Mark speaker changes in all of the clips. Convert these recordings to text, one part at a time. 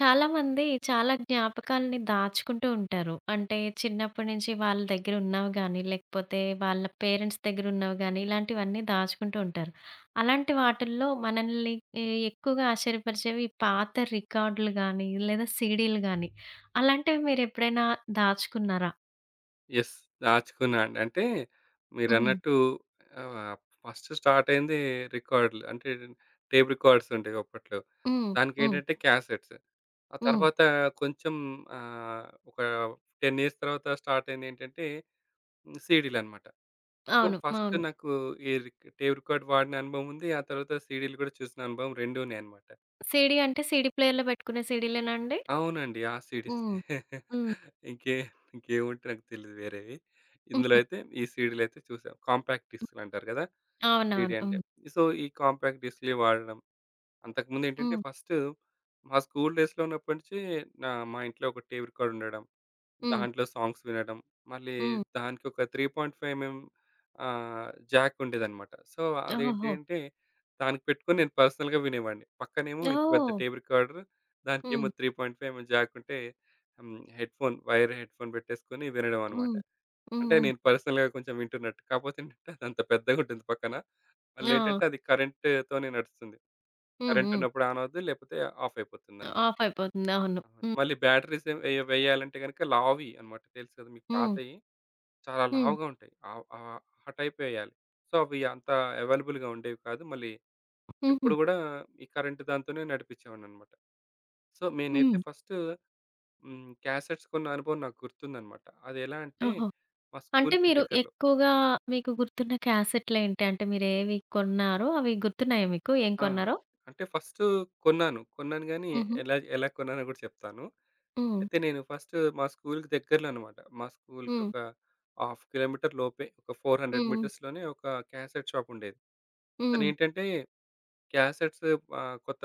Speaker 1: చాలామంది చాలా జ్ఞాపకాలని దాచుకుంటూ ఉంటారు. అంటే చిన్నప్పటి నుంచి వాళ్ళ దగ్గర ఉన్నవి గానీ, లేకపోతే వాళ్ళ పేరెంట్స్ దగ్గర ఉన్నవి గానీ, ఇలాంటివన్నీ దాచుకుంటూ ఉంటారు. అలాంటి వాటిల్లో మనల్ని ఎక్కువగా ఆశ్చర్యపరిచేవి ఈ పాత రికార్డులు గానీ, లేదా సీడీలు గానీ, అలాంటివి మీరెప్పుడైనా దాచుకున్నారా?
Speaker 2: యెస్. దాచుకున్నా అండి. అంటే
Speaker 1: హ్మ్.
Speaker 2: మీరన్నట్టు ఆహ్, ఫస్ట్ స్టార్ట్ అయింది రికార్డ్‌లు. అంటే టేప్ రికార్డ్స్ ఉండేవి అప్పట్లో.
Speaker 1: హ్మ్. హ్మ్.
Speaker 2: దానికేంటంటే క్యాసెట్స్. ఆ
Speaker 1: హ్మ్.
Speaker 2: తర్వాత కొంచెం ఒక 10 ఇయర్స్ తర్వాత స్టార్ట్ అయింది ఏంటంటే సీడీలనమాట. సో,
Speaker 1: అవును,
Speaker 2: ఫస్ట్
Speaker 1: అవును.
Speaker 2: నాకు ఈ టేప్ రికార్డ్ వాడిన అనుభవం ఉంది. ఆ తర్వాత సీడీలు కూడా చూసిన అనుభవం 2 ఉన్నాయన్నమాట.
Speaker 1: సీడీ అంటే సీడీ ప్లేయర్‌లో పెట్టుకునే సీడీలేనా అండి?
Speaker 2: అవునండి. ఆ సీడీసే.
Speaker 1: హ్మ్. హ్మ్.
Speaker 2: ఇంకే ఇంకేముంటే నాకు తెలీదు వేరేవి. ఇందులో
Speaker 1: హ్మ్.
Speaker 2: అయితే ఈ సీడీలయితే చూసాం. కాంపాక్ట్ డిస్క్‌లంటారు గదా! సీడీ
Speaker 1: అవునవును.
Speaker 2: అంటే.
Speaker 1: హ్మ్.
Speaker 2: సో, ఈ కాంపాక్ట్ డిస్క్‌లే వాడడం. అంతకుముందేంటంటే
Speaker 1: హ్మ్.
Speaker 2: ఫస్ట్ మా స్కూల్ డేస్‌లో ఉన్నప్పటి నుంచి మా ఇంట్లో ఒక టేప్ రికార్డ్ ఉండడం.
Speaker 1: హ్మ్.
Speaker 2: దాంట్లో సాంగ్స్ వినడం. మళ్ళీ
Speaker 1: హ్మ్.
Speaker 2: దానికి ఒక 3.5 ఎంఎం జాక్ ఉండేదనమాట. సో,
Speaker 1: ఓహోహో!
Speaker 2: అదేంటంటే దానికి పెట్టుకొని నేను పర్సనల్‌గా వినేవాడిని. పక్కనేమో ఇంత పెద్ద
Speaker 1: ఓహ్!
Speaker 2: టేప్ రికార్డర్ దానికేమో
Speaker 1: హ్మ్.
Speaker 2: 3.5 ఎంఎం జాక్ ఉంటే హ్మ్. హెడ్‌ఫోన్ పెట్టేసుకొని వినడం అనమాట.
Speaker 1: హ్మ్. హ్మ్.
Speaker 2: అంటే
Speaker 1: హ్మ్.
Speaker 2: నేను పర్సనల్‌గా కొంచెం వింటున్నట్టు. కాపోతే ఏంటంటే అదంత పెద్దగుంటుంది పక్కన.
Speaker 1: ఆ!
Speaker 2: మళ్ళేంటంటే అది కరెంట్‌తోనే నడుస్తుంది.
Speaker 1: హ్మ్.
Speaker 2: కరెంట్
Speaker 1: హ్మ్.
Speaker 2: ఉన్నప్పుడు ఆన్ అవుద్ది. లేకపోతే ఆఫ్ అయిపోతుందన్నమాట.
Speaker 1: ఆఫ్ అయిపోతుంది. అవును.
Speaker 2: అవును.
Speaker 1: హ్మ్.
Speaker 2: మళ్ళీ బ్యాటరీస్ వేయాలంటే గనుక లావువి అన్నమాట. తెలుసు కదా మీకు
Speaker 1: హ్మ్.
Speaker 2: పాతయి చాలా
Speaker 1: హ్మ్.
Speaker 2: లావుగా ఉంటాయి. ఆహ్, ఆహ్, ఆ టైప్ వేయాలి. సో, అవి అంత అవైలబుల్‌గా ఉండేవి కాదు. మళ్ళీ
Speaker 1: హుహు.
Speaker 2: ఎప్పుడు గూడా ఈ కరెంట్ దాంతోనే నడిపించేవాడినన్నమాట. సో, నేనైతే
Speaker 1: హ్మ్.
Speaker 2: ఫస్ట్ హ్మ్. క్యాసెట్స్ కొన్న అనుభవం నాకు గుర్తుందన్నమాట. అది ఎలా అంటే
Speaker 1: ఓహో!
Speaker 2: మా
Speaker 1: అంటే
Speaker 2: స్కూల్‌కి
Speaker 1: మీరు
Speaker 2: దగ్గరలో.
Speaker 1: ఎక్కువగా మీకు గుర్తున్న క్యాసెట్‌లేంటి? అంటే మీరేవి కొన్నారో అవి గుర్తున్నాయా మీకు? ఏం
Speaker 2: ఆ!
Speaker 1: కొన్నారో?
Speaker 2: అంటే ఫస్టు కొన్నాను. కొన్నాను గానీ,
Speaker 1: హుహు.
Speaker 2: ఎలా ఎలా కొన్నానో గూడా చెప్తాను.
Speaker 1: హ్మ్.
Speaker 2: అయితే నేను ఫస్ట్ మా స్కూలుకి దగ్గరలో అనమాట. మా స్కూలుకి
Speaker 1: హ్మ్.
Speaker 2: ఒక హాఫ్ కిలోమీటర్ లోపే ఒక 400
Speaker 1: హ్మ్.
Speaker 2: మీటర్స్‌లోనే ఒక క్యాసెట్ షాప్ ఉండేది.
Speaker 1: హ్మ్.
Speaker 2: అతనేంటంటే క్యాసెట్స్ కొత్త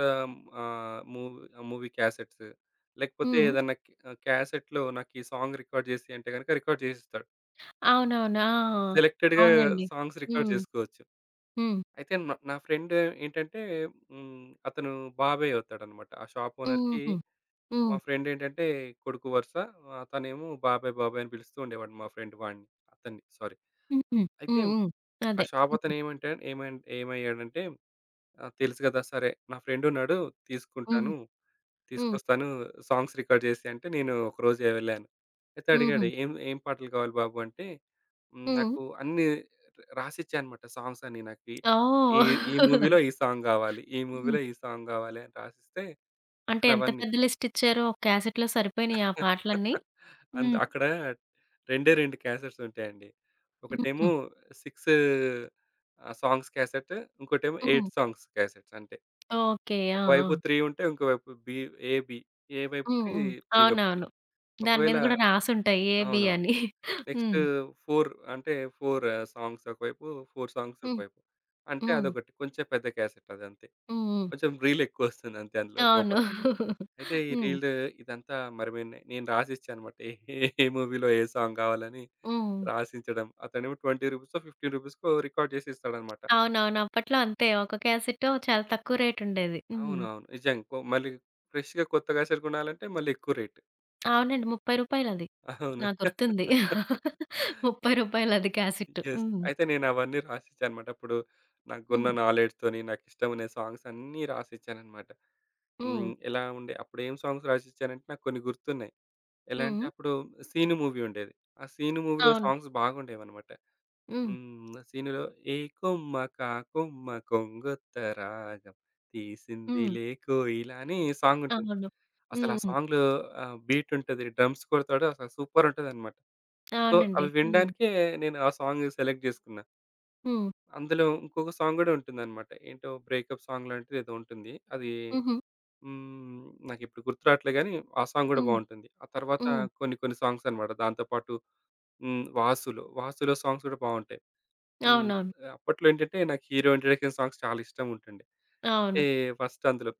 Speaker 2: ఆహ్, మూవ్ మూవీ క్యాసెట్స్ లేకపోతే
Speaker 1: హ్మ్.
Speaker 2: ఏదన్నా క్ క్యాసెట్‌లో నాకు ఈ సాంగ్ రికార్డ్ జేసియి అంటే గనక రికార్డ్ జేసిస్తాడు.
Speaker 1: అవునవును. ఆ!
Speaker 2: సెలెక్టెడ్‌గా
Speaker 1: అవునండి.
Speaker 2: సాంగ్స్ రికార్డ్
Speaker 1: హ్మ్.
Speaker 2: జేసుకోవచ్చు.
Speaker 1: హ్మ్.
Speaker 2: అయితే నా ఫ్రెండ్ ఏంటంటే హ్మ్. అతను బాబాయ్ అవుతాడన్నమాట. ఆ షాప్ ఓనర్‌కి
Speaker 1: హుహు.
Speaker 2: మా
Speaker 1: హ్మ్.
Speaker 2: ఫ్రెండ్ ఏంటంటే కొడుకు వరుస. అతనేమో బాబాయ్, బాబాయ్ అని పిలుస్తూ ఉండేవాడు మా ఫ్రెండ్ వాడిని. అతన్ని సారీ.
Speaker 1: హుహు.
Speaker 2: అయితే
Speaker 1: హ్మ్. హ్మ్.
Speaker 2: ఆ
Speaker 1: అదే.
Speaker 2: షాప్
Speaker 1: హ్మ్.
Speaker 2: అతను ఏమంటే ఏమన్ ఏమయ్యాడంటే, "ఆ! తెలుసు కదా! సరే నా ఫ్రెండ్ ఉన్నాడు
Speaker 1: హ్మ్.
Speaker 2: తీసుకుంటాను."
Speaker 1: హ్మ్.
Speaker 2: తీసుకొస్తాను. సాంగ్స్ రికార్డ్ జేసేయి అంటే నేను ఒకరోజు వెళ్ళాను. అయితే అడిగాడు
Speaker 1: హుహు.
Speaker 2: ఏం ఏం పాటలు కావాలి బాబు అంటే హ్మ్.
Speaker 1: హ్మ్.
Speaker 2: నాకు అన్నీ రాసిచ్చా అనమాట సాంగ్స్ అన్నీ నాకు. ఈ ఈ
Speaker 1: ఓహ్!
Speaker 2: ఈ మూవీలో ఈ సాంగ్ గావాలి. ఈ
Speaker 1: హ్మ్.
Speaker 2: మూవీలో ఈ సాంగ్ గావాలి అని రాసిస్తే
Speaker 1: అంటే
Speaker 2: అతను
Speaker 1: ఎంత
Speaker 2: అవన్నీ
Speaker 1: పెద్ద లిస్ట్ ఇచ్చారో, ఒక క్యాసెట్‌లో సరిపోయినాయా ఆ పాటలన్నీ?
Speaker 2: అండ్
Speaker 1: హ్మ్.
Speaker 2: అక్కడ 2 క్యాసెట్స్ ఉంటాయండి. ఒకటేమో
Speaker 1: హుహు.
Speaker 2: 6 సాంగ్స్ క్యాసెట్. ఇంకోటేమో
Speaker 1: హ్మ్.
Speaker 2: 8 సాంగ్స్ క్యాసెట్స్ అంతే.
Speaker 1: ఓకే. ఆ!
Speaker 2: ఒకవైపు
Speaker 1: ఆ!
Speaker 2: 3 ఉంటే ఇంకోవైపు ఏ బి. ఏ వైపు
Speaker 1: హ్మ్.
Speaker 2: 3
Speaker 1: హ్మ్.
Speaker 2: బి వైపు 3.
Speaker 1: అవునవును. దాని
Speaker 2: ఒకవేళ
Speaker 1: మీద గూడా రాసుంటాయి ఏ, బి
Speaker 2: అవునవును.
Speaker 1: అని.
Speaker 2: నెక్స్ట్
Speaker 1: హ్మ్.
Speaker 2: 4 అంటే 4 సాంగ్స్ ఒకవైపు, 4 సాంగ్స్
Speaker 1: హ్మ్.
Speaker 2: ఒకవైపు. అంటే
Speaker 1: హ్మ్.
Speaker 2: అదొకటి. కొంచెం పెద్ద క్యాసెట్ అదంతే.
Speaker 1: హ్మ్. హ్మ్.
Speaker 2: కొంచెం రీల్ ఎక్కువొస్తుంది అంతే అందులో
Speaker 1: అవును.
Speaker 2: లోపల. అయితే ఈ
Speaker 1: హ్మ్.
Speaker 2: రీల్ ఇదంతా మరి మే నేను రాసిచ్చా అనమాట. ఏ ఏ మూవీలో ఏ సాంగ్ కావాలని
Speaker 1: హ్మ్.
Speaker 2: రాసిచ్చడం. అతనేమో రూ. 20 రూ. 15కో రికార్డ్ చేసి ఇస్తాడనమాట.
Speaker 1: అవునవును. అప్పట్లో అంతే. ఒక క్యాసెట్టు చాలా తక్కువ రేట్ ఉండేది. హ్మ్.
Speaker 2: అవునవును. నిజంగా. మళ్ళీ ఫ్రెష్‌గా కొత్త క్యాసెట్ కొనాలంటే మళ్ళీ ఎక్కువ రేట్.
Speaker 1: అవునండి, రూ. 30 అది.
Speaker 2: అవును.
Speaker 1: నాకు గుర్తుంది. రూ. 30 అది క్యాసెట్టు.
Speaker 2: యెస్.
Speaker 1: హ్మ్.
Speaker 2: అయితే నేనవన్నీ రాసిచ్చానన్నమాట. అప్పుడు నాకున్న
Speaker 1: హ్మ్.
Speaker 2: నాలెడ్జ్‌తోని, నాకిష్టమైన సాంగ్స్ అన్నీ రాసిచ్చానన్నమాట.
Speaker 1: హ్మ్.
Speaker 2: హ్మ్. ఎలా ఉండే అప్పుడేం సాంగ్స్ రాసిచ్చానంటే నాకు కొన్ని గుర్తున్నాయి. ఎలా అంటే
Speaker 1: హ్మ్.
Speaker 2: అప్పుడు 'సీను' మూవీ ఉండేది. ఆ 'సీను' మూవీలో
Speaker 1: అవును.
Speaker 2: సాంగ్స్ బాగుండేవన్నమాట.
Speaker 1: హ్మ్.
Speaker 2: హ్మ్. 'సీను'లో ఏ కొమ్మ కాకొమ్మ కొంగొత్త రాగం
Speaker 1: హ్మ్.
Speaker 2: తీసిందిలే కోయిల అని సాంగ్ ఉంటుంది.
Speaker 1: అవును.
Speaker 2: అసలు ఆ
Speaker 1: హ్మ్.
Speaker 2: సాంగ్‌లో బీట్ ఉంటది. డ్రమ్స్ కొడతాడు. అసలు సూపర్ ఉంటదన్నమాట. సో,
Speaker 1: అవునండి.
Speaker 2: అవి
Speaker 1: హ్మ్.
Speaker 2: వినడానికే నేను ఆ సాంగ్ సెలెక్ట్ జేసుకున్నా.
Speaker 1: హ్మ్.
Speaker 2: అందులో ఇంకొక సాంగ్ గూడా ఉంటుందనమాట. ఏంటో బ్రేకప్ సాంగ్ లాంటిది ఏదో ఉంటుంది. అది
Speaker 1: హుహు.
Speaker 2: హ్మ్. నాకిప్పుడు గుర్తు రాట్లే గానీ, ఆ సాంగ్ గూడా
Speaker 1: హ్మ్.
Speaker 2: బావుంటుంది. ఆ తర్వాత
Speaker 1: హ్మ్.
Speaker 2: కొన్ని కొన్ని సాంగ్స్ అనమాట. దాంతో పాటు హ్మ్. 'వాసులో' సాంగ్స్ గూడా బావుంటాయి. హ్మ్.
Speaker 1: అవునవును.
Speaker 2: అప్పట్లో ఏంటంటే, నాకు హీరో ఇంట్రడక్షన్ సాంగ్స్ చాలా ఇష్టం ఉంటుండే.
Speaker 1: అవును.
Speaker 2: ఏ ఫస్ట్ అందులో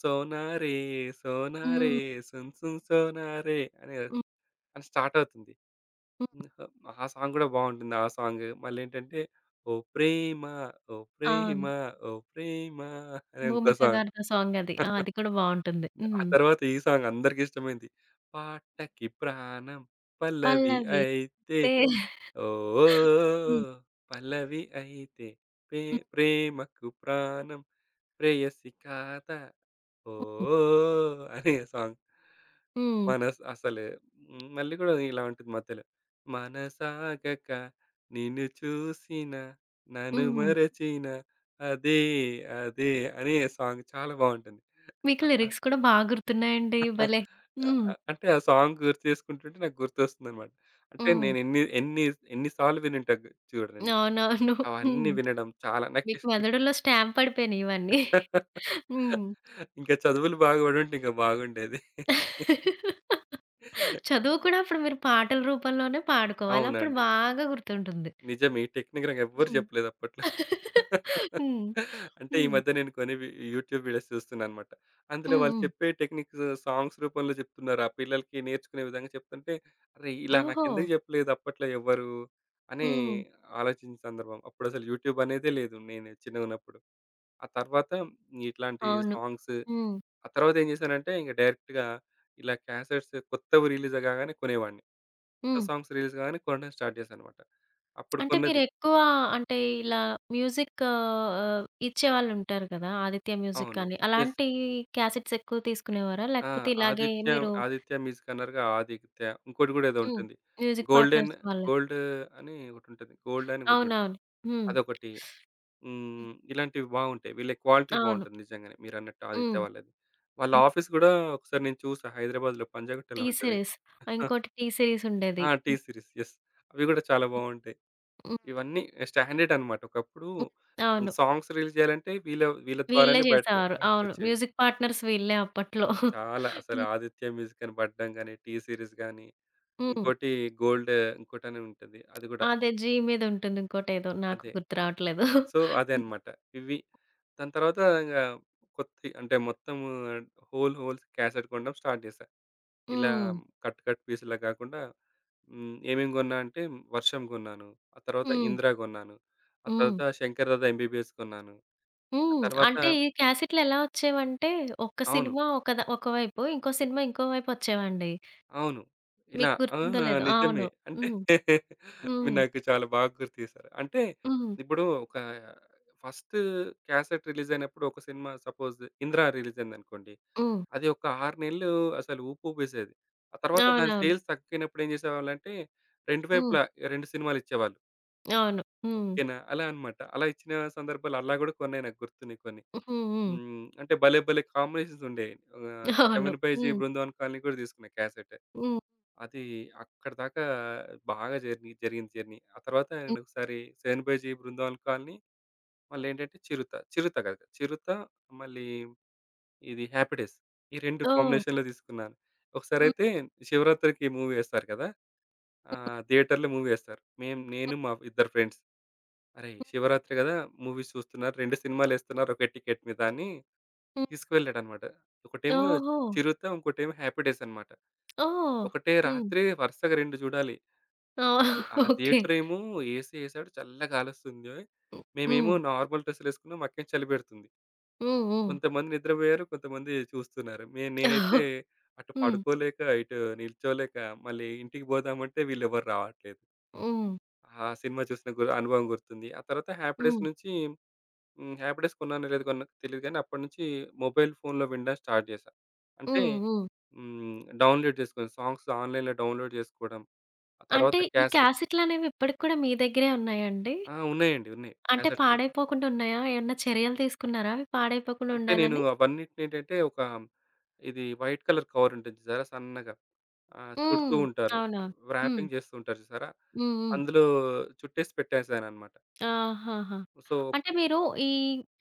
Speaker 2: 'సోనారే సోనారే
Speaker 1: హ్మ్.
Speaker 2: సున్ సున్ సోనారే' అని,
Speaker 1: హ్మ్.
Speaker 2: అని స్టార్ట్ అవుతుంది.
Speaker 1: హ్మ్.
Speaker 2: హుహు. ఆ సాంగ్ గూడా బావుంటుంది. ఆ సాంగ్. మళ్ళేంటంటే, ఓ ప్రేమ ఓ ప్రేమ
Speaker 1: అవును.
Speaker 2: ఓ ప్రేమ అని ఇంకో
Speaker 1: 'భూమిక'
Speaker 2: సాంగ్.
Speaker 1: గారితో సాంగ్ అది. ఆ! అది కూడా బావుంటుంది.
Speaker 2: ఆ
Speaker 1: హ్మ్.
Speaker 2: తర్వాత ఈ సాంగ్ అందరికిష్టమైంది. పాటకి ప్రాణం పల్లవి
Speaker 1: పల్లవిస్తే
Speaker 2: అయితే ఓ
Speaker 1: హ్మ్.
Speaker 2: పల్లవి అయితే పే
Speaker 1: హ్మ్.
Speaker 2: ప్రేమకు ప్రాణం ప్రేయసి కాదా
Speaker 1: హ్మ్.
Speaker 2: ఓహ్! అనే సాంగ్.
Speaker 1: హ్మ్.
Speaker 2: మనస్ అసలే హ్మ్. మళ్ళీ గూడా ఇలా ఉంటుంది మధ్యలో. మనసాగక నిన్ను చూసిన నన్ను
Speaker 1: హ్మ్.
Speaker 2: మరచిన అదే అదే అనే సాంగ్ చాలా బావుంటుంది.
Speaker 1: మీకు
Speaker 2: ఆహ్,
Speaker 1: లిరిక్స్ కూడా బా గుర్తున్నాయండి. భలే! హ్మ్.
Speaker 2: అంటే ఆ సాంగ్ గుర్తు చేసుకుంటుంటే నాకు గుర్తొస్తుందన్నమాట. అంటే
Speaker 1: హ్మ్.
Speaker 2: నేను ఎన్ని ఎన్ని ఎన్ని చూడండి.
Speaker 1: అవునవును.
Speaker 2: అవన్నీ
Speaker 1: హ్మ్.
Speaker 2: వినడం చాలా
Speaker 1: మీకు
Speaker 2: నాకిష్
Speaker 1: మెదడులో స్టాంప్ పడిపోయినాయి ఇవన్నీ. హ్మ్.
Speaker 2: ఇంకా చదువులు బాగుపడుంటే ఇంకా బాగుండేది.
Speaker 1: చదువు కూడా అప్పుడు మీరు పాటల రూపంలోనే పాడుకోవాలి. అప్పుడు
Speaker 2: అవునండి.
Speaker 1: బాగా గుర్తుంటుంది.
Speaker 2: నిజమే. ఈ టెక్నిక్ నాకెవ్వరు
Speaker 1: హ్మ్.
Speaker 2: జెప్పలేదు అప్పట్లో.
Speaker 1: హ్మ్.
Speaker 2: అంటే ఈ
Speaker 1: హ్మ్.
Speaker 2: మధ్య నేను కొన్ని వి యూట్యూబ్ వీడియోస్ చూస్తున్నానన్నమాట. అందులో
Speaker 1: హ్మ్.
Speaker 2: వాళ్ళు
Speaker 1: హ్మ్.
Speaker 2: చెప్పే టెక్నిక్స్ సాంగ్స్ రూపంలో జెప్తున్నారు. ఆ పిల్లలకి నేర్చుకునే విధంగా చెప్తుంటే, అరే! ఇలా
Speaker 1: ఓహో!
Speaker 2: నాకెందుకు జెప్పలేదు అప్పట్లో ఎవ్వరు అని
Speaker 1: హ్మ్.
Speaker 2: ఆలోచించిన సందర్భం. అప్పుడసలు యూట్యూబ్ అనేదే లేదు నేను చిన్నగున్నప్పుడు. ఆ తర్వాత ఇట్లాంటి
Speaker 1: అవును.
Speaker 2: సాంగ్స్
Speaker 1: హ్మ్.
Speaker 2: ఆ తర్వాత ఏం జేశానంటే ఇంక డైరెక్ట్‌గా ఇలా క్యాసెట్స్ కొత్తవి రిలీజ్ కాగానే కొనేవాడిని. కొత్త
Speaker 1: హ్మ్.
Speaker 2: సాంగ్స్ రిలీజ్ కాగానే కొనడం స్టార్ట్ చేశానన్నమాట. అప్పుడు
Speaker 1: అంటే
Speaker 2: కొన్నది.
Speaker 1: మీరెక్కువ, అంటే ఇలా మ్యూజిక్ ఇచ్చేవాళ్ళుంటారు కదా! ఆదిత్య మ్యూజిక్
Speaker 2: అవును.
Speaker 1: అని.
Speaker 2: యెస్.
Speaker 1: అలాంటి క్యాసెట్స్ ఎక్కువ తీసుకునేవారా?
Speaker 2: ఆ!
Speaker 1: లేకపోతే ఇలాగే
Speaker 2: ఆదిత్య,
Speaker 1: మీరు
Speaker 2: ఆదిత్య మ్యూజిక్ అన్నారుగా! ఆదిత్య ఇంకోటి గూడా ఏదో
Speaker 1: హ్మ్.
Speaker 2: ఉంటుంది.
Speaker 1: మ్యూజిక్
Speaker 2: గోల్డెన్
Speaker 1: పార్ట్నర్స్ వాళ్ళే.
Speaker 2: గోల్డ్ అని ఒకటుంటది. గోల్డ్ అని ఒకటుంటది.
Speaker 1: అవునవును. హ్మ్.
Speaker 2: అదొకటి.
Speaker 1: హ్మ్.
Speaker 2: హ్మ్. ఇలాంటివి బావుంటాయి. వీళ్ళ క్వాలిటీ
Speaker 1: అవును.
Speaker 2: బావుంటుంది నిజంగానే. మీరన్నట్టు
Speaker 1: హ్మ్. హ్మ్.
Speaker 2: ఆదిత్య వాళ్ళది. వాళ్ళ ఆఫీస్ గూడా ఒకసారి నేను చూసా హైదరాబాద్‌లో పంజాగుట్టలో
Speaker 1: టీ
Speaker 2: ఉంటది.
Speaker 1: సీరీస్. ఇంకోటి టీ సీరీస్ ఉండేది.
Speaker 2: ఆ! టీ
Speaker 1: హ్మ్.
Speaker 2: సీరీస్. యెస్. అవి గూడా చాలా బావుంటాయి.
Speaker 1: హ్మ్.
Speaker 2: ఇవన్నీ స్టాండర్డ్ అన్నమాట. ఒకప్పుడు
Speaker 1: హ్మ్. అవును.
Speaker 2: సాంగ్స్ రిలీజ్ జేయాలంటే వీళ్ళ వీళ్ళ
Speaker 1: వీళ్ళే
Speaker 2: ద్వారానే
Speaker 1: చేసేవారు. అవును.
Speaker 2: బయటకొచ్చేవి.
Speaker 1: మ్యూజిక్ పార్ట్నర్స్ వీళ్ళే అప్పట్లో.
Speaker 2: చాలా అసలు
Speaker 1: హ్మ్.
Speaker 2: 'ఆదిత్య మ్యూజిక్' అని పడ్డం గాని, 'టీ సీరీస్' గాని,
Speaker 1: హ్మ్.
Speaker 2: ఇంకోటి 'గోల్డ్' ఇంకోటని ఉంటది. అది గూడా
Speaker 1: అదే 'జీ' మీద ఉంటుంది, ఇంకోటేదో నాకు
Speaker 2: అదే.
Speaker 1: గుర్తు రావట్లేదు.
Speaker 2: సో, అదే అన్నమాట. ఇవి. దాని తర్వాత ఇంగ కొత్తి అంటే మొత్తము హోల్స్ క్యాసెట్ కొనడం స్టార్ట్ చేశా. ఇలా
Speaker 1: హ్మ్.
Speaker 2: కట్ కట్ పీసులా కాకుండా హ్మ్. ఏమేమి కొన్నా అంటే 'వర్షం' కొన్నాను. ఆ తర్వాత
Speaker 1: హ్మ్.
Speaker 2: 'ఇంద్ర' కొన్నాను. ఆ
Speaker 1: హ్మ్.
Speaker 2: తర్వాత 'శంకర్ దాదా ఎంబీబీఎస్' కొన్నాను. ఆ
Speaker 1: హ్మ్.
Speaker 2: తర్వాత
Speaker 1: అంటే ఈ క్యాసెట్‌లు ఎలా వచ్చేవంటే, ఒక్క
Speaker 2: అవును.
Speaker 1: సినిమా ఒక ఒకవైపు, ఇంకో సినిమా ఇంకో వైపు వచ్చేవండి.
Speaker 2: అవును. ఇలా
Speaker 1: మీకు
Speaker 2: ఆ!
Speaker 1: గుర్తుందో లేదో.
Speaker 2: నిజమే.
Speaker 1: అవును.
Speaker 2: అంటే
Speaker 1: హ్మ్.
Speaker 2: మీరు
Speaker 1: హ్మ్.
Speaker 2: నాకు చాలా బాగా గుర్తు చేశారు. అంటే
Speaker 1: హ్మ్.
Speaker 2: ఇప్పుడు ఒక ఫస్ట్ క్యాసెట్ రిలీజ్ అయినప్పుడు ఒక సినిమా సపోజ్ 'ఇంద్ర' రిలీజ్ అయిందనుకోండి.
Speaker 1: హ్మ్.
Speaker 2: అది ఒక 6 నెలలు అసలు ఊపూపేసేది. ఆ తర్వాత దాని
Speaker 1: అవునవును.
Speaker 2: సేల్స్ తగ్గినప్పుడు ఏం చేసేవాళ్ళంటే, రెండు
Speaker 1: హ్మ్.
Speaker 2: వైపులా 2 సినిమాలు ఇచ్చేవాళ్ళు.
Speaker 1: అవును. హ్మ్.
Speaker 2: ఓకేనా? అలా అన్నమాట. అలా ఇచ్చిన సందర్భాలు అలా కూడా కొన్నాయి నాకు గుర్తున్నాయి కొన్ని.
Speaker 1: హ్మ్. హ్మ్.
Speaker 2: హ్మ్. అంటే భలే భలే కాంబినేషన్స్ ఉండేవి.
Speaker 1: అవును.
Speaker 2: 'సెవెన్ బై జీ
Speaker 1: హ్మ్.
Speaker 2: బృందావన్ కాలనీ' కూడా తీసుకున్నా క్యాసెట్.
Speaker 1: హ్మ్.
Speaker 2: అది అక్కడిదాకా బాగా జర్నీ జరిగింది జర్నీ. ఆ తర్వాత నేనొకసారి 'seven by G' 'Brindavan Colony' మళ్ళేంటంటే 'చిరుత'. 'చిరుత' కదా! 'చిరుత' మళ్ళీ ఇది 'హ్యాపీ డేస్' ఈ 2
Speaker 1: ఓహ్!
Speaker 2: కాంబినేషన్‌లో తీసుకున్నాను.
Speaker 1: హ్మ్.
Speaker 2: ఒకసారైతే శివరాత్రికి మూవీ ఏస్తారు కదా!
Speaker 1: హ్మ్.
Speaker 2: థియేటర్‌లో మూవీ ఏస్తారు. నేను మా ఇద్దరు ఫ్రెండ్స్, "అరేయ్! శివరాత్రి గదా! మూవీస్ చూస్తున్నారు. 2 సినిమాలేస్తున్నారు ఒకే టికెట్ మీద" అని
Speaker 1: హ్మ్.
Speaker 2: తీసుకువెళ్ళాడనమాట. ఒకటేమో
Speaker 1: ఓహో!
Speaker 2: 'చిరుత' ఇంకోటేమో 'హ్యాపీ డేస్' అనమాట.
Speaker 1: ఓహ్!
Speaker 2: ఒకటే
Speaker 1: హ్మ్.
Speaker 2: రాత్రి వరుసగా 2 చూడాలి. అది
Speaker 1: ఓహ్!
Speaker 2: ఆ
Speaker 1: ఓకే.
Speaker 2: థియేటరేమో ఏసీ ఏసాడు. చల్లగా గాలొస్తుంది.
Speaker 1: హ్మ్.
Speaker 2: మేమేమో నార్మల్ డ్రెస్సులేసుకున్నాం. మాకేమో చలి పెడుతుంది.
Speaker 1: హ్మ్. హ్మ్. హ్మ్.
Speaker 2: కొంతమంది నిద్రపోయారు. కొంతమంది చూస్తున్నారు. నేనైతే
Speaker 1: హ్మ్.
Speaker 2: అటు
Speaker 1: హ్మ్.
Speaker 2: పడుకోలేక, ఇటు నిల్చోలేక మళ్ళీ ఇంటికి పోదామంటే వీళ్ళెవ్వరు రావట్లేదు.
Speaker 1: హ్మ్.
Speaker 2: ఆ సినిమా చూసిన గు అనుభవం గుర్తుంది. ఆ తర్వాత 'హ్యాపీ
Speaker 1: హ్మ్.
Speaker 2: డేస్'
Speaker 1: హ్మ్.
Speaker 2: నుంచి హ్మ్. 'హ్యాపీ డేస్' కొన్నానో లేదో కొన్నా తెలీదు గానీ అప్పటినుంచి మొబైల్ ఫోన్‌లో వినడం స్టార్ట్ చేశా. అంటే హ్మ్. డౌన్‌లోడ్ చేసుకోవడం. సాంగ్స్ ఆన్‌లైన్‌లో డౌన్‌లోడ్ చేసుకోవడం. ఆ తర్వాత
Speaker 1: అంటే ఈ
Speaker 2: క్యాసెట్
Speaker 1: క్యాసెట్‌లనేవి ఇప్పటికి కూడా మీ దగ్గరే ఉన్నాయండి?
Speaker 2: ఆ! ఉన్నాయండి. ఉన్నాయి.
Speaker 1: అంటే
Speaker 2: క్యాసెట్
Speaker 1: పాడైపోకుండా ఉన్నాయా? ఏమన్నా చర్యలు తీసుకున్నారా అవి పాడైపోకుండా
Speaker 2: అంటే నేను
Speaker 1: ఉండాలని?
Speaker 2: అవన్నిటినేంటంటే, ఒక ఇది వైట్ కలర్ కవర్ ఉంటుంది చూసారా సన్నగా. చుడుతూ
Speaker 1: హ్మ్.
Speaker 2: ఉంటారు.
Speaker 1: అవునవును. హ్మ్.
Speaker 2: ర్యాపింగ్ చేస్తూ ఉంటారు చూసారా?
Speaker 1: హ్మ్. హ్మ్.
Speaker 2: అందులో చుట్టేసి పెట్టేసాననమాట.
Speaker 1: ఆహాహా!
Speaker 2: సో
Speaker 1: అంటే మీరు ఈ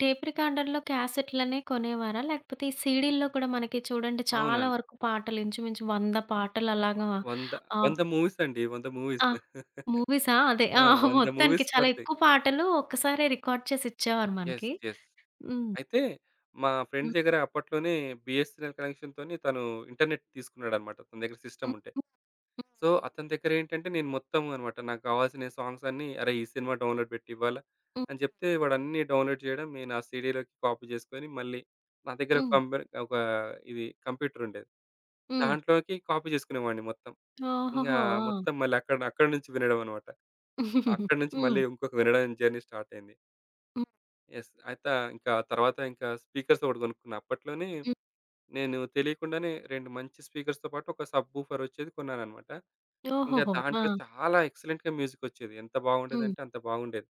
Speaker 1: టేప్ రికార్డర్‌లో క్యాసెట్‌లనే కొనేవారా? లేకపోతే ఈ సీడీల్లో కూడా మనకి చూడండి, చాలా
Speaker 2: అవునండి.
Speaker 1: వరకు పాటలు ఇంచుమించు 100 పాటలు అలాగా,
Speaker 2: 100,
Speaker 1: ఆహ్,
Speaker 2: 100 మూవీస్ అండి. 100 మూవీస్.
Speaker 1: ఆ! మూవీసా? అదే.
Speaker 2: ఆ!
Speaker 1: ఆ!
Speaker 2: 100
Speaker 1: మొత్తానికి
Speaker 2: మూవీస్
Speaker 1: చాలా
Speaker 2: పడతాయి.
Speaker 1: ఎక్కువ పాటలు ఒక్కసారే రికార్డ్ చేసి ఇచ్చేవారు
Speaker 2: యెస్.
Speaker 1: మనకి.
Speaker 2: యెస్.
Speaker 1: హ్మ్.
Speaker 2: అయితే మా ఫ్రెండ్
Speaker 1: హ్మ్.
Speaker 2: దగ్గర అప్పట్లోనే బీఎస్ఎన్ఎల్ కనెక్షన్‌తోని తను ఇంటర్నెట్ తీసుకున్నాడనమాట. తన దగ్గర సిస్టమ్
Speaker 1: హ్మ్.
Speaker 2: ఉంటే.
Speaker 1: హ్మ్.
Speaker 2: సో, అతని దగ్గరేంటంటే నేను మొత్తం అన్నమాట. నాకు కావాల్సిన సాంగ్స్ అన్నీ అరేయ్! ఈ సినిమా డౌన్‌లోడ్ పెట్టివ్వాలా
Speaker 1: హ్మ్.
Speaker 2: అని చెప్తే వాడన్నీ డౌన్‌లోడ్ చేయడం, నేను ఆ సీడీలోకి కాపీ చేసుకొని మళ్ళీ నా దగ్గర
Speaker 1: హ్మ్.
Speaker 2: ఒక ఇది కంప్యూటర్ ఉండేది.
Speaker 1: హ్మ్.
Speaker 2: దాంట్లోకి కాపీ చేసుకునేవాడిని మొత్తం. ఇంగా
Speaker 1: ఓహోహో! ఆ!
Speaker 2: మొత్తం మళ్ళీ అక్కడి నుంచి వినడం అన్నమాట. అక్కడి నుంచి
Speaker 1: హ్మ్.
Speaker 2: మళ్ళీ ఇంకొక వినడం జర్నీ స్టార్ట్ అయింది.
Speaker 1: హ్మ్.
Speaker 2: యెస్. అయితే ఇంకా తర్వాత ఇంకా స్పీకర్స్ ఒకటి కొనుక్కున్నా. అప్పట్లోనే
Speaker 1: హ్మ్.
Speaker 2: నేను తెలియకుండానే 2 మంచి స్పీకర్స్‌తో పాటు ఒక సబ్ వూఫర్ వచ్చేది కొన్నానన్నమాట. ఇంకా
Speaker 1: ఓహోహో! ఆ!
Speaker 2: దాంట్లో చాలా ఎక్సలెంట్‌గా మ్యూజికొచ్చేది. ఎంత
Speaker 1: హ్మ్.
Speaker 2: బాగుండేదంటే అంత బాగుండేది.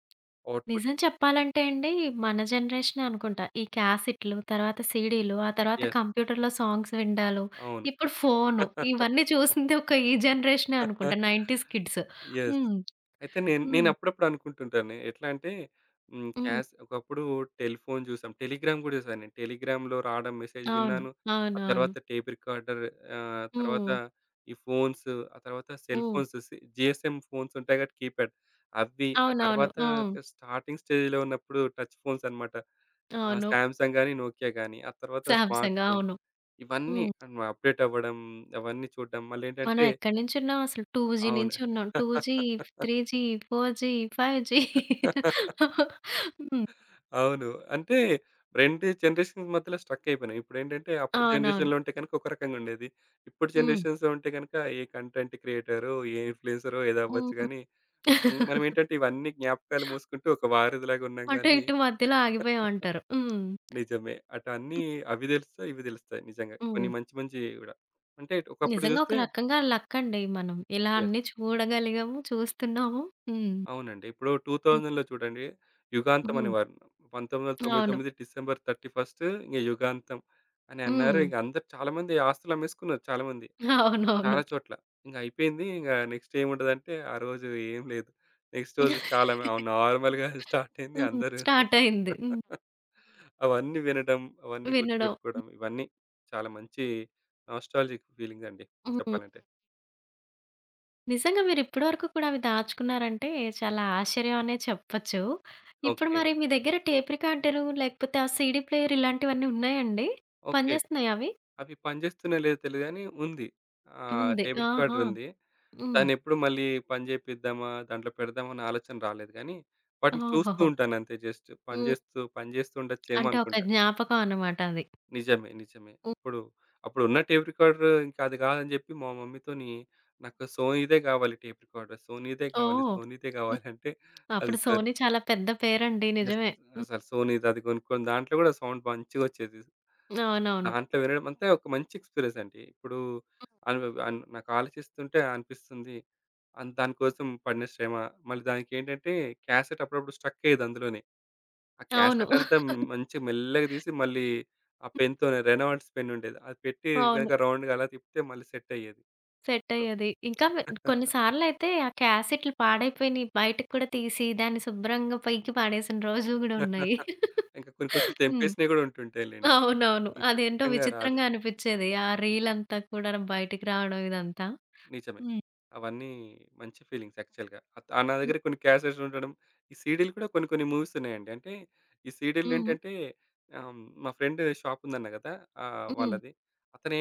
Speaker 2: అవుట్‌పుట్.
Speaker 1: నిజం చెప్పాలంటే అండి, మన జనరేషనే అనుకుంటా. ఈ క్యాసెట్‌లు, తర్వాత సీడీలు, ఆ తర్వాత
Speaker 2: యెస్.
Speaker 1: కంప్యూటర్‌లో సాంగ్స్ వినడాలు,
Speaker 2: అవును.
Speaker 1: ఇప్పుడు ఫోను, ఇవన్నీ చూసింది ఒక ఈ జనరేషనే అనుకుంటా. 90స్ కిడ్స్.
Speaker 2: యెస్.
Speaker 1: హ్మ్.
Speaker 2: అయితే నేను నేను
Speaker 1: హ్మ్.
Speaker 2: అప్పుడప్పుడు అనుకుంటుంటాను. ఎట్లా అంటే హ్మ్.
Speaker 1: హ్మ్.
Speaker 2: ఒకప్పుడు టెలిఫోన్ చూసాం. టెలిగ్రామ్ కూడా చూసాను నేను. టెలిగ్రామ్‌లో రావడం మెసేజ్
Speaker 1: అవును.
Speaker 2: విన్నాను. ఆ
Speaker 1: అవునవును.
Speaker 2: తర్వాత టేప్ రికార్డర్ తర్వాత
Speaker 1: హ్మ్.
Speaker 2: ఈ ఫోన్స్, ఆ తర్వాత సెల్
Speaker 1: హ్మ్.
Speaker 2: ఫోన్స్ జీఎస్ఎం ఫోన్స్ ఉంటాయి కాబట్టి కీప్యాడ్. అవి ఆ
Speaker 1: అవునవును.
Speaker 2: తర్వాత
Speaker 1: హ్మ్.
Speaker 2: స్టార్టింగ్ స్టేజ్‌లో ఉన్నప్పుడు టచ్ ఫోన్స్ అన్నమాట.
Speaker 1: అవును.
Speaker 2: సామ్‌సంగ్ గాని, నోకియా గాని, ఆ తర్వాత స్మార్ట్
Speaker 1: సామ్‌సంగ్,
Speaker 2: ఫోన్
Speaker 1: అవును.
Speaker 2: ఇవన్నీ
Speaker 1: హ్మ్.
Speaker 2: అప్డేట్ అవ్వడం, అవన్నీ చూడడం
Speaker 1: మనం
Speaker 2: మళ్ళేంటంటే
Speaker 1: ఎక్కడి నుంచున్నాం? అసలు 2జీ
Speaker 2: అవును.
Speaker 1: నుంచి ఉన్నాం. 2జీ, 3జీ, 4జీ, 5జీ. హ్మ్.
Speaker 2: అవును. అంటే 2 జనరేషన్స్ మధ్యలో స్ట్రక్ అయిపోయినాం. ఇప్పుడేంటంటే అప్పుడు
Speaker 1: అవునవును.
Speaker 2: జనరేషన్‌లో ఉంటే గనుక ఒక రకంగా ఉండేది. ఇప్పుడు
Speaker 1: హ్మ్.
Speaker 2: జనరేషన్స్‌లో ఉంటే గనుక ఏ కంటెంట్ క్రియేటరో, ఏ ఇన్‌ఫ్లూయెన్సరో ఏదో అవ్వచ్చు
Speaker 1: హ్మ్.
Speaker 2: గానీ, హ్మ్, మనమేంటంటే ఇవన్నీ జ్ఞాపకాలు మూసుకుంటూ ఒక వారధిలాగా ఉన్నాం
Speaker 1: అటు
Speaker 2: గానీ
Speaker 1: ఇటు మధ్యలో ఆగిపోయామంటారు. హ్మ్.
Speaker 2: నిజమే. అటు అన్నీ అవి తెలుస్తాయి, ఇవి తెలుస్తాయి నిజంగా. కొన్ని
Speaker 1: హ్మ్.
Speaker 2: మంచి మంచియి గూడా. అంటే ఒకప్పుడు
Speaker 1: నిజంగా ఒక
Speaker 2: చూస్తే
Speaker 1: రకంగా లక్ అండి మనం. ఇలా
Speaker 2: యెస్.
Speaker 1: అన్నీ చూడగలిగాము, చూస్తున్నాము. హ్మ్.
Speaker 2: అవునండి. ఇప్పుడు
Speaker 1: హ్మ్.
Speaker 2: 2000లో చూడండి యుగాంతం
Speaker 1: హ్మ్.
Speaker 2: అనేవారు.
Speaker 1: అవును.
Speaker 2: 1999 డిసెంబర్ 31 ఇంక యుగాంతం అని అన్నారు.
Speaker 1: హ్మ్.
Speaker 2: ఇంక అందరూ చాలామంది ఆస్తులు అమ్మేసుకున్నారు చాలామంది.
Speaker 1: అవునవును.
Speaker 2: చాలా చోట్ల. ఇంక అయిపోయింది. ఇంక నెక్స్ట్ ఏముంటదంటే ఆ రోజు ఏం లేదు. నెక్స్ట్ రోజు చాలా మ నార్మల్‌గా స్టార్ట్ అయింది.
Speaker 1: హ్మ్.
Speaker 2: అందరూ
Speaker 1: స్టార్ట్ అయింది. హ్మ్.
Speaker 2: అవన్నీ వినడం, అవన్నీ
Speaker 1: వినడం.
Speaker 2: గుర్తుపెట్టుకోవడం ఇవన్నీ చాలా మంచి నాస్టాల్జిక్ ఫీలింగ్ అండి
Speaker 1: హ్మ్.
Speaker 2: చెప్పాలంటే.
Speaker 1: నిజంగా మీరు ఇప్పటివరకు కూడా అవి దాచుకున్నారంటే, చాలా ఆశ్చర్యం అనే చెప్పొచ్చు. ఇప్పుడు
Speaker 2: ఓకే.
Speaker 1: మరి మీ దగ్గర టేప్ రికార్డరు, లేకపోతే ఆ సీడీ ప్లేయర్, ఇలాంటివన్నీ ఉన్నాయండి?
Speaker 2: ఓకే.
Speaker 1: పనిచేస్తున్నాయా అవి?
Speaker 2: అవి పనిచేస్తున్నాయో లేదో తెలీదు గానీ ఉంది.
Speaker 1: ఉంది.
Speaker 2: టేప్
Speaker 1: ఆహా!
Speaker 2: రికార్డర్ ఉంది.
Speaker 1: హ్మ్.
Speaker 2: దాన్నెప్పుడు మళ్ళీ పని చేపిద్దామా, దాంట్లో పెడదామా అనే ఆలోచన రాలేదు గానీ, వాటిని చూస్తూ
Speaker 1: ఓహోహో!
Speaker 2: ఉంటానంతే జస్ట్.
Speaker 1: హ్మ్.
Speaker 2: పని చేస్తూ ఉండొచ్చేమో
Speaker 1: అంటే ఒక
Speaker 2: అనుకుంటా.
Speaker 1: జ్ఞాపకం అన్నమాట అది.
Speaker 2: నిజమే. నిజమే.
Speaker 1: హ్మ్.
Speaker 2: అప్పుడున్న టేప్ రికార్డర్ ఇంకా అది కాదని చెప్పి మా మమ్మీతోని నాకు సోనీదే కావాలి టేప్ రికార్డర్.
Speaker 1: సో,
Speaker 2: సోనీదే
Speaker 1: హ్మ్.
Speaker 2: కావాలంటే అది
Speaker 1: అప్పుడు
Speaker 2: సరే
Speaker 1: సోనీ చాలా పెద్ద పేరండి.
Speaker 2: జస్ట్
Speaker 1: నిజమే. హ్మ్.
Speaker 2: అసలు సోనీది అది కొనుక్కొని దాంట్లో కూడా సౌండ్ మంచిగొచ్చేది.
Speaker 1: అవునవును.
Speaker 2: దాంట్లో వినడం అంతా ఒక మంచి ఎక్స్‌పీరియన్స్ అండి. ఇప్పుడు అను అన్ నాకు ఆలోచిస్తుంటే అనిపిస్తుంది. దానికోసం పడిన శ్రమ, మళ్ళీ దానికేంటంటే క్యాసెట్ అప్పుడప్పుడు స్ట్రక్ అయ్యేది అందులోనే. ఆ
Speaker 1: అవును.
Speaker 2: క్యాసెట్ అంతా మంచి మెల్లగా తీసి మళ్ళీ ఆ పెన్‌తోనే రెనాల్డ్స్ పెన్ ఉండేది. అది పెట్టి
Speaker 1: అవును.
Speaker 2: గనుక రౌండ్‌గా అలా తిప్పితే మళ్ళీ సెట్ అయ్యేది.
Speaker 1: సెట్
Speaker 2: సో,
Speaker 1: అయ్యేది. ఇంకా కొన్ని సార్లయితే ఆ క్యాసెట్లు పాడైపోయినయి, బయటకి కూడా తీసి దాన్ని శుభ్రంగా పైకి పాడేసిన రోజులు గూడా ఉన్నాయి.
Speaker 2: ఇంకా కొన్ని కొంచెం
Speaker 1: హ్మ్.
Speaker 2: తెంపేసినవి కూడా ఉంటుంటాయిలెండి.
Speaker 1: అవునవును.
Speaker 2: ఇంక
Speaker 1: అదేంటో
Speaker 2: ఖచ్చితంగా రాదు.
Speaker 1: విచిత్రంగా అనిపిచ్చేది. ఆ రీలంతా కూడా బయటికి రావడం ఇదంతా.
Speaker 2: నిజమే.
Speaker 1: హ్మ్.
Speaker 2: అవన్నీ మంచి ఫీలింగ్స్ యాక్చువల్‌గా. నా
Speaker 1: హ్మ్.
Speaker 2: దగ్గర కొన్ని క్యాసెట్స్ ఉండడం, ఈ సీడీలు కూడా కొన్ని కొన్ని మూవీస్ ఉన్నాయండి. అంటే ఈ సీడీలు
Speaker 1: హ్మ్.
Speaker 2: ఏంటంటే ఆహ్, మా ఫ్రెండ్ షాప్ ఉందన్నా కదా!
Speaker 1: హ్మ్.
Speaker 2: వాళ్ళది.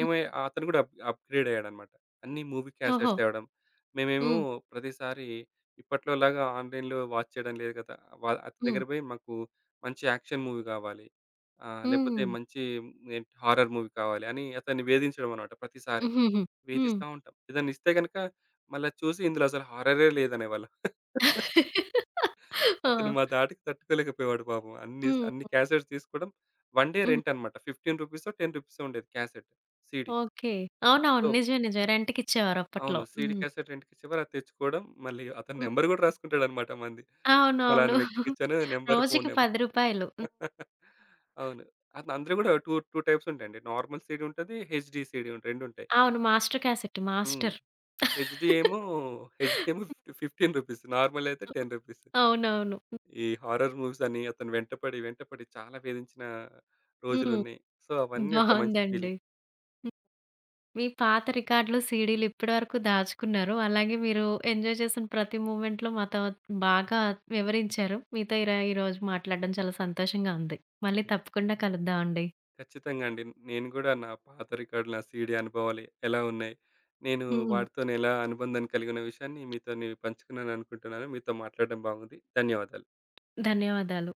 Speaker 1: హ్మ్.
Speaker 2: అతను కూడా అప్‌గ్రేడ్ అయ్యాడన్నమాట. అన్ని మూవీ
Speaker 1: ఓహో!
Speaker 2: క్యాసెట్స్ తేవడం. మేమేమో
Speaker 1: హ్మ్.
Speaker 2: ప్రతిసారి ఇప్పట్లోలాగా ఆన్‌లైన్‌లో వాచ్ చేయడం లేదు కదా! అతని
Speaker 1: హ్మ్.
Speaker 2: దగ్గర పోయి మాకు మంచి యాక్షన్ మూవీ కావాలి. లేకపోతే
Speaker 1: హ్మ్.
Speaker 2: మంచి ఏంటి హారర్ మూవీ కావాలి అని అతన్ని వేధించడం అన్నమాట ప్రతిసారి.
Speaker 1: హుహుహు. హ్మ్.
Speaker 2: వేధిస్తా ఉంటాం. ఏదైనా ఇస్తే గనక మళ్ళా చూసి ఇందులో అసలు హారరే లేదనేవాళ్ళం.
Speaker 1: ఆ!
Speaker 2: అతను మా ధాటికి తట్టుకోలేకపోయేవాడు పాపం. అన్ని
Speaker 1: హ్మ్.
Speaker 2: క్యాసెట్స్ తీసుకోవడం. 1 డే
Speaker 1: హ్మ్.
Speaker 2: రెంట్ అన్నమాట. 15 రూపీసో, 10 రూపీసో ఉండేది క్యాసెట్. సీడీ.
Speaker 1: ఓకే. అవునవును.
Speaker 2: సో
Speaker 1: నిజమే, నిజమే. రెంట్‌కిచ్చేవారు
Speaker 2: అవును.
Speaker 1: అప్పట్లో.
Speaker 2: సీడీ
Speaker 1: హ్మ్.
Speaker 2: క్యాసెట్ రెంట్‌కి ఇచ్చేవారు. అది తెచ్చుకోవడం. మళ్ళీ అతని
Speaker 1: హ్మ్.
Speaker 2: నంబర్ కూడా రాసుకుంటాడన్నమాట మంది.
Speaker 1: అవునవును.
Speaker 2: ఫలానా వ్యక్తికి ఇచ్చాను నంబర్, ఫోను
Speaker 1: రోజుకి
Speaker 2: నంబర్.
Speaker 1: రూ. 10. హ్మ్.
Speaker 2: అవును. అట్లా అందరూ కూడా 2 టైప్స్ ఉంటాయండి. నార్మల్ సీడీ ఉంటది. హెచ్‌డీ సీడీ ఉంటుంది, రెండు ఉంటాయి.
Speaker 1: అవును. Master cassette.
Speaker 2: హ్మ్.
Speaker 1: మాస్టర్.
Speaker 2: హెచ్‌డి ఏమో, హెచ్‌డి ఏమో 15 రూపీస్. నార్మల్ అయితే 10 రూపీస్.
Speaker 1: అవునవును.
Speaker 2: ఈ హారర్ మూవీస్ అని అతను వెంటపడి చాలా వేధించిన
Speaker 1: హ్మ్.
Speaker 2: రోజులున్నాయి. సో, అవన్నీ ఒక మంచి
Speaker 1: బావుందండి.
Speaker 2: ఫీలింగ్.
Speaker 1: హ్మ్. మీ పాత రికార్డ్‌లు, సీడీలు ఇప్పటివరకు దాచుకున్నారు. అలాగే మీరు ఎంజాయ్ చేసిన ప్రతి మూమెంట్‌లో మాతో బాగా వివరించారు. మీతో ఈరోజు మాట్లాడడం చాలా సంతోషంగా ఉంది. మళ్ళీ తప్పకుండా కలుద్దామండి.
Speaker 2: ఖచ్చితంగా అండి. నేను గూడా నా పాత రికార్డులు, నా సీడీ అనుభవాలు ఎలా ఉన్నాయి? నేను
Speaker 1: హ్మ్.
Speaker 2: వాటితోని ఎలా అనుబంధం కలిగిన విషయాన్ని మీతోని పంచుకున్నాననుకుంటున్నాను. మీతో మాట్లాడడం బాగుంది. ధన్యవాదాలు.
Speaker 1: ధన్యవాదాలు.